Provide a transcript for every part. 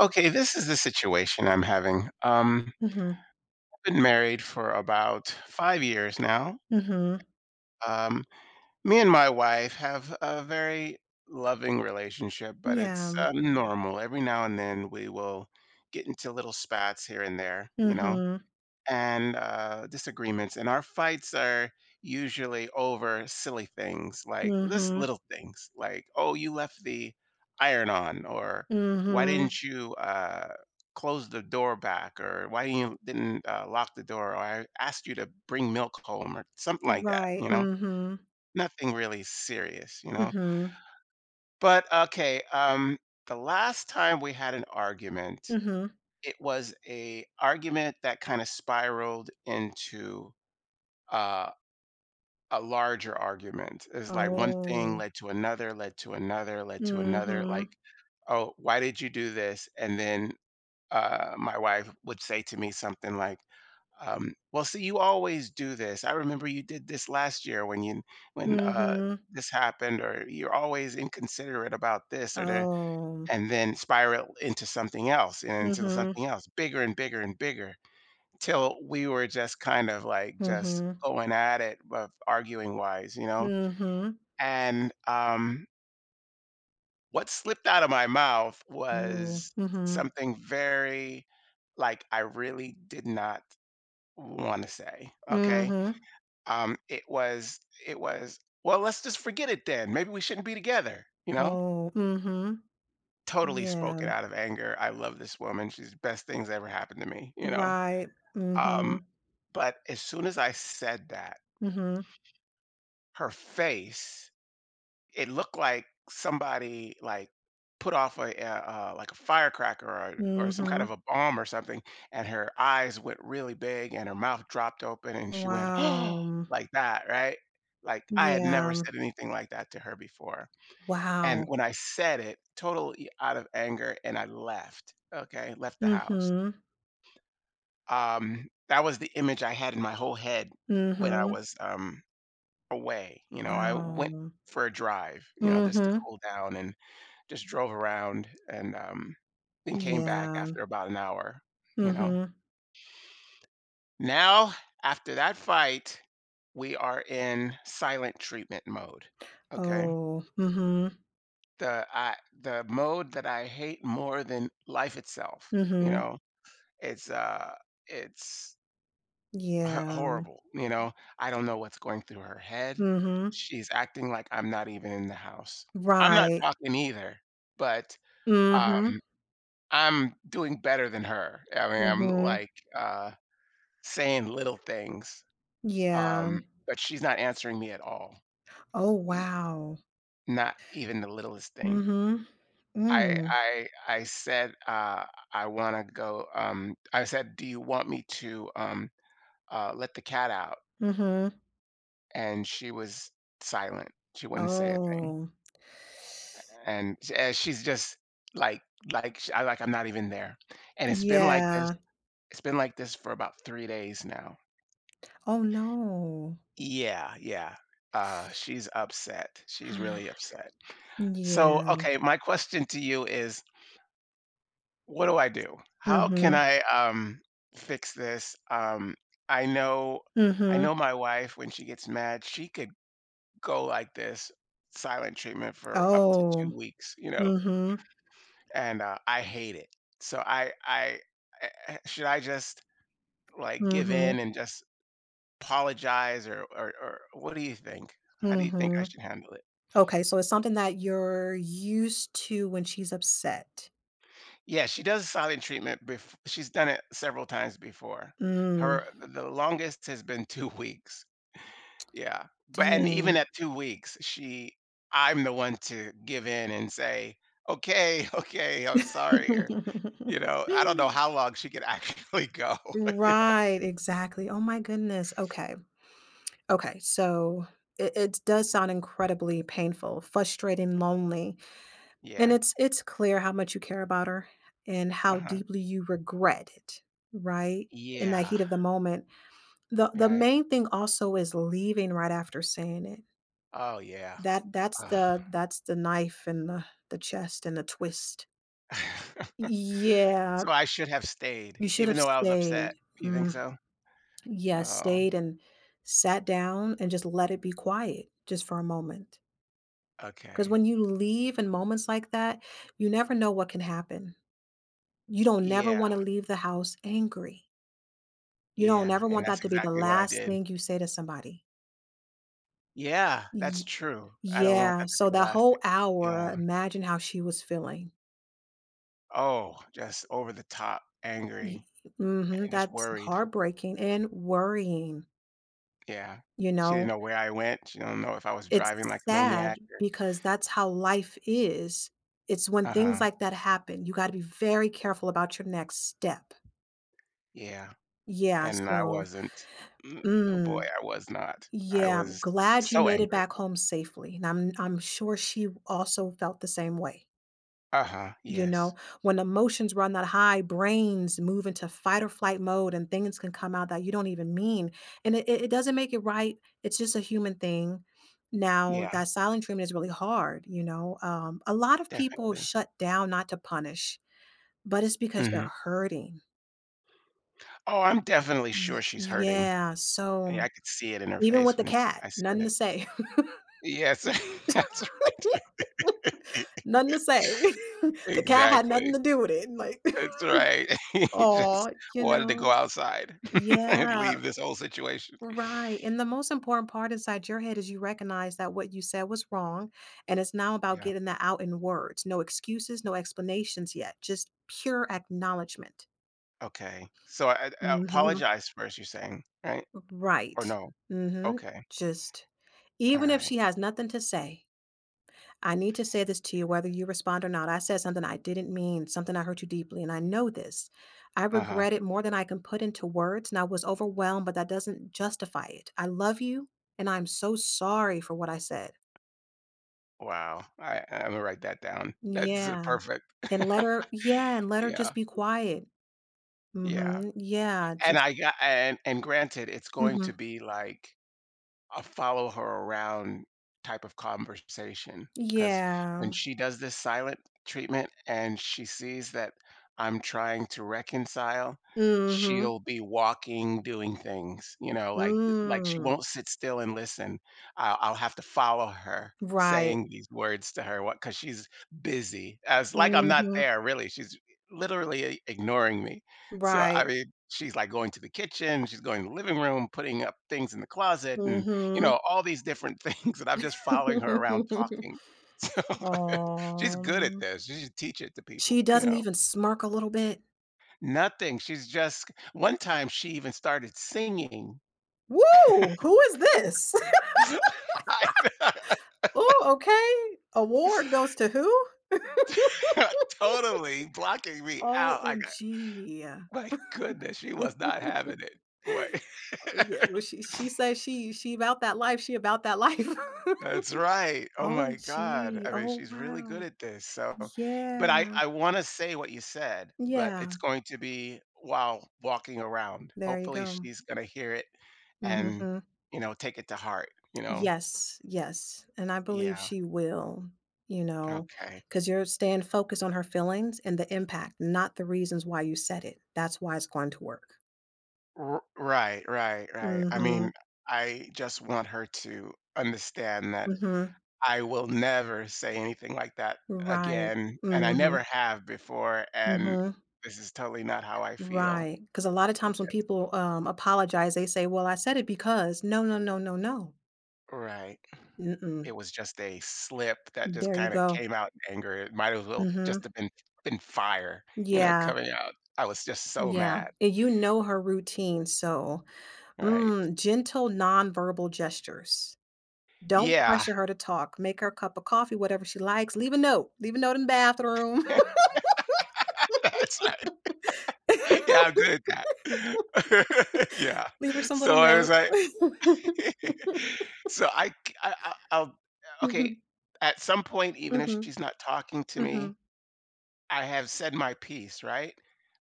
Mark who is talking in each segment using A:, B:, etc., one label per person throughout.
A: Okay, this is the situation I'm having.
B: Mhm,
A: I've been married for about 5 years now.
B: mhm,
A: Um, Me and my wife have a very loving relationship, but it's
B: yeah,
A: normal. Every now and then we will get into little spats here and there,
B: mhm,
A: and disagreements, and our fights are usually over silly things like just
B: mhm,
A: little things like, oh, you left the iron on, or why
B: mhm,
A: didn't you close the door back, or why you didn't lock the door, or I asked you to bring milk home, or something like that,
B: right,
A: you know?
B: mhm,
A: Nothing really serious, you know?
B: mhm,
A: But okay, the last time we had an argument,
B: mhm,
A: it was a argument that kind of spiraled into uh, a larger argument. Is like one thing
B: oh,
A: led to another, led to another, led to another. Like,
B: mhm,
A: oh, why did you do this? And then my wife would say to me something like, "Well, see, you always do this. I remember you did this last year when you when
B: mhm,
A: this happened, or you're always inconsiderate about this or that,"
B: oh,
A: and then spiral into something else and into
B: mhm,
A: something else, bigger and bigger and bigger till we were just kind of like just
B: mhm,
A: going at it, but arguing wise, you know?
B: mhm,
A: And what slipped out of my mouth
B: ooh,
A: was
B: mhm,
A: something very like I really did not want to say. Okay.
B: mhm,
A: Um, it was, it was, well, let's just forget it then. Maybe we shouldn't be together, you know?
B: oh, mhm,
A: Totally
B: yeah,
A: spoken out of anger. I love this woman. She's the best things ever happened to me, you know?
B: right,
A: Um,
B: mhm,
A: but as soon as I said that,
B: mhm,
A: her face it looked like somebody like put off a, like a firecracker or some kind of
B: mhm,
A: a bomb or something, and her eyes went really big and her mouth dropped open and she went oh
B: wow,
A: like that, right? Like I had never
B: yeah,
A: said anything like that to her before, and
B: wow,
A: when I said it totally out of anger, and I left, okay, left the house.
B: mhm,
A: um that was the image I had in my whole head when I
B: mhm,
A: was away, you know? I went
B: wow.
A: for a drive, you know, just to
B: Mhm.
A: cool down and just drove around and, then came back
B: Yeah.
A: after about an hour, you know?
B: Mhm.
A: Now, after that fight, we are in silent treatment mode, okay?
B: Oh. Mhm.
A: The mode that I hate more than life itself, you
B: Mhm.
A: know? It's, uh, it's h
B: Yeah.
A: horrible, you know? I don't know what's going through her head.
B: Mhm.
A: She's acting like I'm not even in the house. I'm not
B: Right.
A: talking either, but, um
B: Mhm.
A: I'm doing better than her. I mean, I'm
B: Mhm.
A: like, uh, saying little things,
B: Yeah.
A: but she's not answering me at all.
B: Oh,
A: N
B: wow.
A: Not even the littlest thing.
B: Mhm.
A: I
B: Mm.
A: I I said, "I wanna go," I said, "Do you want me to, let the cat out?"
B: Mhm.
A: And she was silent. She wouldn't say a thing.
B: Oh.
A: And she's just like like, sh I like, I'm not even there. And
B: Yeah.
A: it's been like this for about 3 days now.
B: Oh, no.
A: Yeah, yeah. She's upset. She's really upset. So,
B: Yeah.
A: okay, my question to you is, what do I do? How can
B: Mhm.
A: I fix this? I know
B: Mhm.
A: my wife, when she gets mad, she could go like this silent treatment for up to
B: Oh.
A: 2 weeks, you know,
B: Mhm.
A: and I hate it. So should I just like give in
B: Mhm.
A: and just apologize or what do you think? How do you think I
B: Mhm.
A: should handle it?
B: Okay, so it's something that you're used to when she's upset.
A: Yeah, she does silent treatment bef she's done it several times before.
B: Mm,
A: Her the longest has been 2 weeks. Yeah, but and even
B: dang.
A: at 2 weeks, she I'm the one to give in and say, "Okay, okay, I'm sorry," or, you know, I don't know how long she can actually go, you know?
B: Right, exactly. Oh my goodness. Okay. Okay. So it does sound incredibly painful, frustrating, lonely. And
A: Yeah,
B: it's clear how much you care about her and how
A: uh-huh.
B: deeply you regret it, right? In that
A: Yeah,
B: heat of the moment. The
A: right.
B: main thing also is leaving right after saying it.
A: Oh, yeah.
B: That that's
A: Ugh.
B: the that's the knife in the chest and the twist. Yeah,
A: So I should have stayed
B: you should
A: even
B: have
A: though I was upset.
B: stayed.
A: You think
B: Mm,
A: so?
B: yes,
A: Oh,
B: stayed and sat down and just let it be quiet just for a moment. Because
A: okay.
B: when you leave in moments like that, you never know what can happen. You don't never
A: Yeah.
B: wanna leave the house angry. You don't
A: Yeah,
B: never
A: and
B: want
A: that's
B: that to be the
A: exactly what I
B: last
A: did.
B: thing you say to somebody.
A: Yeah, that's
B: Y
A: true. I don't want
B: Yeah,
A: that to be
B: so
A: the
B: that
A: last
B: whole
A: thing. Yeah.
B: hour, imagine how she was feeling.
A: Oh, just over the top
B: Y
A: angry
B: Mhm,
A: and just
B: that's
A: worried.
B: heartbreaking and worrying,
A: Yeah.
B: you
A: She didn't
B: know?
A: know where I went. She did not know if I was
B: It's
A: driving like a
B: sad
A: maniac or
B: because that's how life is. It's when things
A: uh-huh.
B: like that happen, you gotta be very careful about your next step.
A: Yeah,
B: Yeah,
A: and I
B: so
A: wasn't. Mm, oh boy,
B: mm,
A: I was not. I
B: yeah, I'm
A: was
B: glad you
A: so
B: made it
A: angry.
B: back home safely, and I'm sure she also felt the same way.
A: Uh-huh.
B: You
A: Yes.
B: know, when emotions run that high, brains move into fight or flight mode and things can come out that you don't even mean. And it doesn't make it right. It's just a human thing. Now,
A: Yeah,
B: that silent treatment is really hard. You know, a lot of people
A: definitely.
B: shut down not to punish, but it's because
A: Mhm.
B: they're hurting.
A: Oh, I'm definitely sure she's hurting.
B: Yeah.
A: Yeah,
B: So
A: I could see it in her
B: even
A: face
B: with the
A: when
B: cat,
A: I
B: nothing
A: said it.
B: to say,
A: Yes, that's right.
B: nothing to say. the cat had
A: Exactly.
B: nothing to do with it. Like,
A: That's right. He just
B: oh, you
A: wanted to go
B: know,
A: outside and
B: yeah.
A: leave this whole situation.
B: Right, and the most important part inside your head is you recognize that what you said was wrong, and it's now about
A: Yeah.
B: getting that out in words. No excuses, no explanations yet, just pure acknowledgement.
A: Okay. So I
B: Mhm.
A: apologize first, you're saying, right? Or
B: Right.
A: no?
B: Mhm.
A: Okay.
B: Just
A: All
B: even if
A: right.
B: she has nothing to say, I need to say this to you whether you respond or not. I said something I didn't mean, something I hurt you deeply, and I know this. I
A: Uh-huh.
B: regret it more than I can put into words, and I was overwhelmed, but that doesn't justify it. I love you, and I'm so sorry for what I said.
A: Wow. I'm gonna write that down. That's
B: Yeah.
A: perfect.
B: And let her, yeah, and let her just
A: Yeah.
B: be quiet.
A: Yeah.
B: Yeah.
A: And I got and granted, it's going to
B: Hmm
A: be like a follow her around type of conversation because when
B: yeah.
A: she does this silent treatment and she sees that I'm trying to reconcile,
B: hmm
A: she'll be walking, doing things, you know, like she
B: Mm.
A: won't sit still and listen. I'll have to follow her
B: Right.
A: saying these words to her what, because she's busy as like I'm
B: mm
A: not
B: hmm
A: there, really. She's literally ignoring me. So I
B: Right.
A: mean, she's like going to the kitchen, she's going to the living room, putting up things in the closet
B: mm
A: and, you
B: hmm
A: know, all these different things, and I'm just following her around talking. So she's good at
B: Oh.
A: this. She should teach it to people,
B: She
A: you
B: doesn't
A: know.
B: even smirk a little bit.
A: Nothing. She's just one time she even started singing.
B: Whoa, who is this?
A: I know.
B: Oh, okay. Award goes to who?
A: Totally blocking me out. I got
B: OMG.
A: my goodness, she was not having it. Boy.
B: yeah, well, she says she about that life, she about that life.
A: That's right. Oh my God.
B: OMG.
A: I mean,
B: Oh,
A: she's really good
B: wow.
A: at this. So,
B: Yeah.
A: but I want to say what you said, but
B: Yeah.
A: it's going to be while walking around.
B: There you
A: Hopefully,
B: go.
A: she's going to hear it and,
B: Mhm.
A: you know, take it to heart, you know?
B: Yes, yes, and I believe
A: Yeah.
B: she will, you know,
A: Okay.
B: because 'cause you're staying focused on her feelings and the impact, not the reasons why you said it. That's why it's going to work.
A: Right. Right. Right. I mean,
B: Mhm,
A: I just want her to understand that
B: mhm,
A: I will never say anything like that
B: right,
A: again. And I never
B: mhm,
A: have before. And
B: mhm,
A: this is totally not how I feel.
B: right. Because a lot of times when people, apologize, they say, "Well, I said it because" no, no, no, no, no.
A: Right. It
B: Mm-mm.
A: was just a slip that just
B: There you
A: kinda
B: go.
A: came out in anger. It might as
B: mm
A: well just
B: Mhm.
A: have been fire, you know,
B: Yeah,
A: coming out. I was just so
B: yeah,
A: mad,
B: and you know her routine, so,
A: right.
B: gentle nonverbal gestures. Don't
A: Yeah.
B: pressure her to talk. Make her a cup of coffee, whatever she likes. Leave a note. Leave a note in the bathroom.
A: That's right. Yeah, I'm good at that. Yeah.
B: Leave her some
A: So
B: little
A: I was
B: note.
A: like so I c I I'll okay,
B: Mhm,
A: at some point, even if
B: mhm,
A: she's not talking to me,
B: mhm.
A: I have said my piece, right?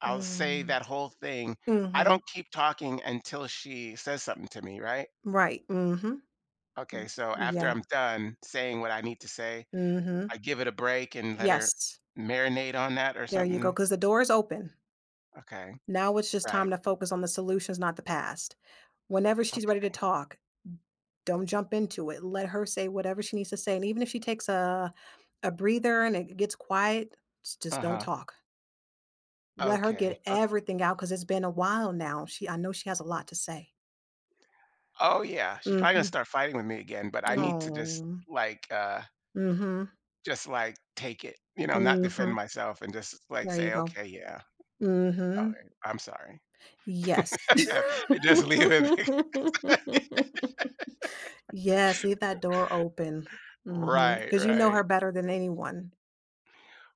A: I'll say
B: Mm,
A: that whole thing. I don't
B: mhm.
A: keep talking until she says something to me, right?
B: Right, mhm.
A: Okay,
B: Mm,
A: so after
B: yeah,
A: I'm done saying what I need to say,
B: mhm.
A: I give it a break and let her
B: Yes,
A: marinate on that or
B: there you go.
A: something.
B: Because the door is open.
A: Okay,
B: Now it's just
A: right.
B: time to focus on the solutions, not the past. Whenever she's ready
A: Okay.
B: to talk, don't jump into it. Let her say whatever she needs to say, and even if she takes a breather and it gets quiet, s just
A: Uh
B: don't
A: huh.
B: talk. Let her
A: Okay.
B: get everything out because 'cause it's been a while now. She I know she has a lot to say.
A: Oh, yeah. She's probably going to
B: Mhm.
A: start fighting with me again, but I need to
B: mm Mhm.
A: just like take it, you know, not defend
B: Mhm.
A: myself and just like
B: There you
A: say,
B: go.
A: okay, yeah,
B: Mhm.
A: okay, I'm sorry.
B: Yes.
A: And just leave it.
B: Yes, leave that door open. Mm-hmm.
A: Right,
B: Because you know
A: right.
B: her better than anyone.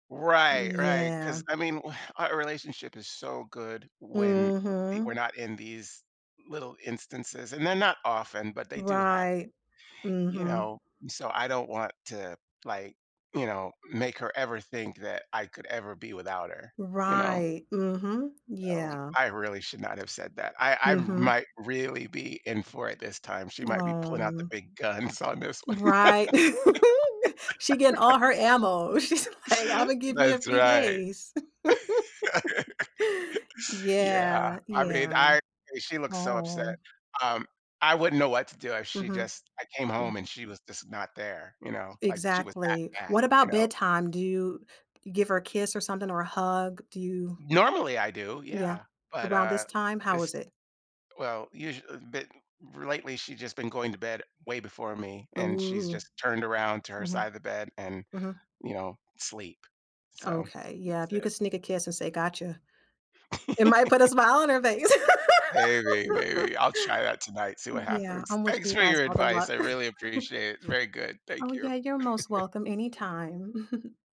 A: Right, right. Because
B: Yeah.
A: I mean, a relationship is so good when I we're
B: Mhm.
A: not in these little instances, and they're not often, but they do
B: Right.
A: happen, you
B: Mhm.
A: know? So, I don't want to, like, you know, make her ever think that I could ever be without her, you know?
B: Right. Mhm.
A: So,
B: Yeah.
A: I really should not have said that. I I
B: Mhm.
A: might really be in for it this time. She might be pulling out
B: Aw.
A: the big guns on this one.
B: Right. She getting all her ammo. She's like, "Imma give you a
A: That's
B: few
A: right.
B: days."
A: Yeah,
B: Yeah,
A: I mean,
B: yeah.
A: I hey, she looks so upset.
B: Oh,
A: Um, I wouldn't know what to do if she
B: mhm.
A: just I came
B: Yeah.
A: home and she was just not there, you know? Like, she was that
B: Exactly.
A: bad.
B: What
A: You
B: about
A: know?
B: bedtime? Do you give her a kiss or something or a hug? Do you
A: Normally, I do,
B: yeah.
A: yeah, but,
B: Around this time, how
A: this
B: is it?
A: well, usually but lately, she's just been going to bed way before me, and she's
B: Ooh.
A: just turned around to her side
B: Mhm,
A: of the bed and,
B: mhm.
A: you know, sleep. So,
B: Okay, yeah,
A: that's
B: if you
A: it.
B: could sneak a kiss and say, "Gotcha," it might put a smile on her face.
A: Maybe, maybe. I'll try that tonight, see what
B: Yeah,
A: happens.
B: I'm wishing
A: Thanks
B: you
A: for
B: guys
A: your
B: all the
A: advice,
B: luck.
A: I really appreciate it. Very good,
B: Oh,
A: thank you.
B: yeah, you're most welcome anytime.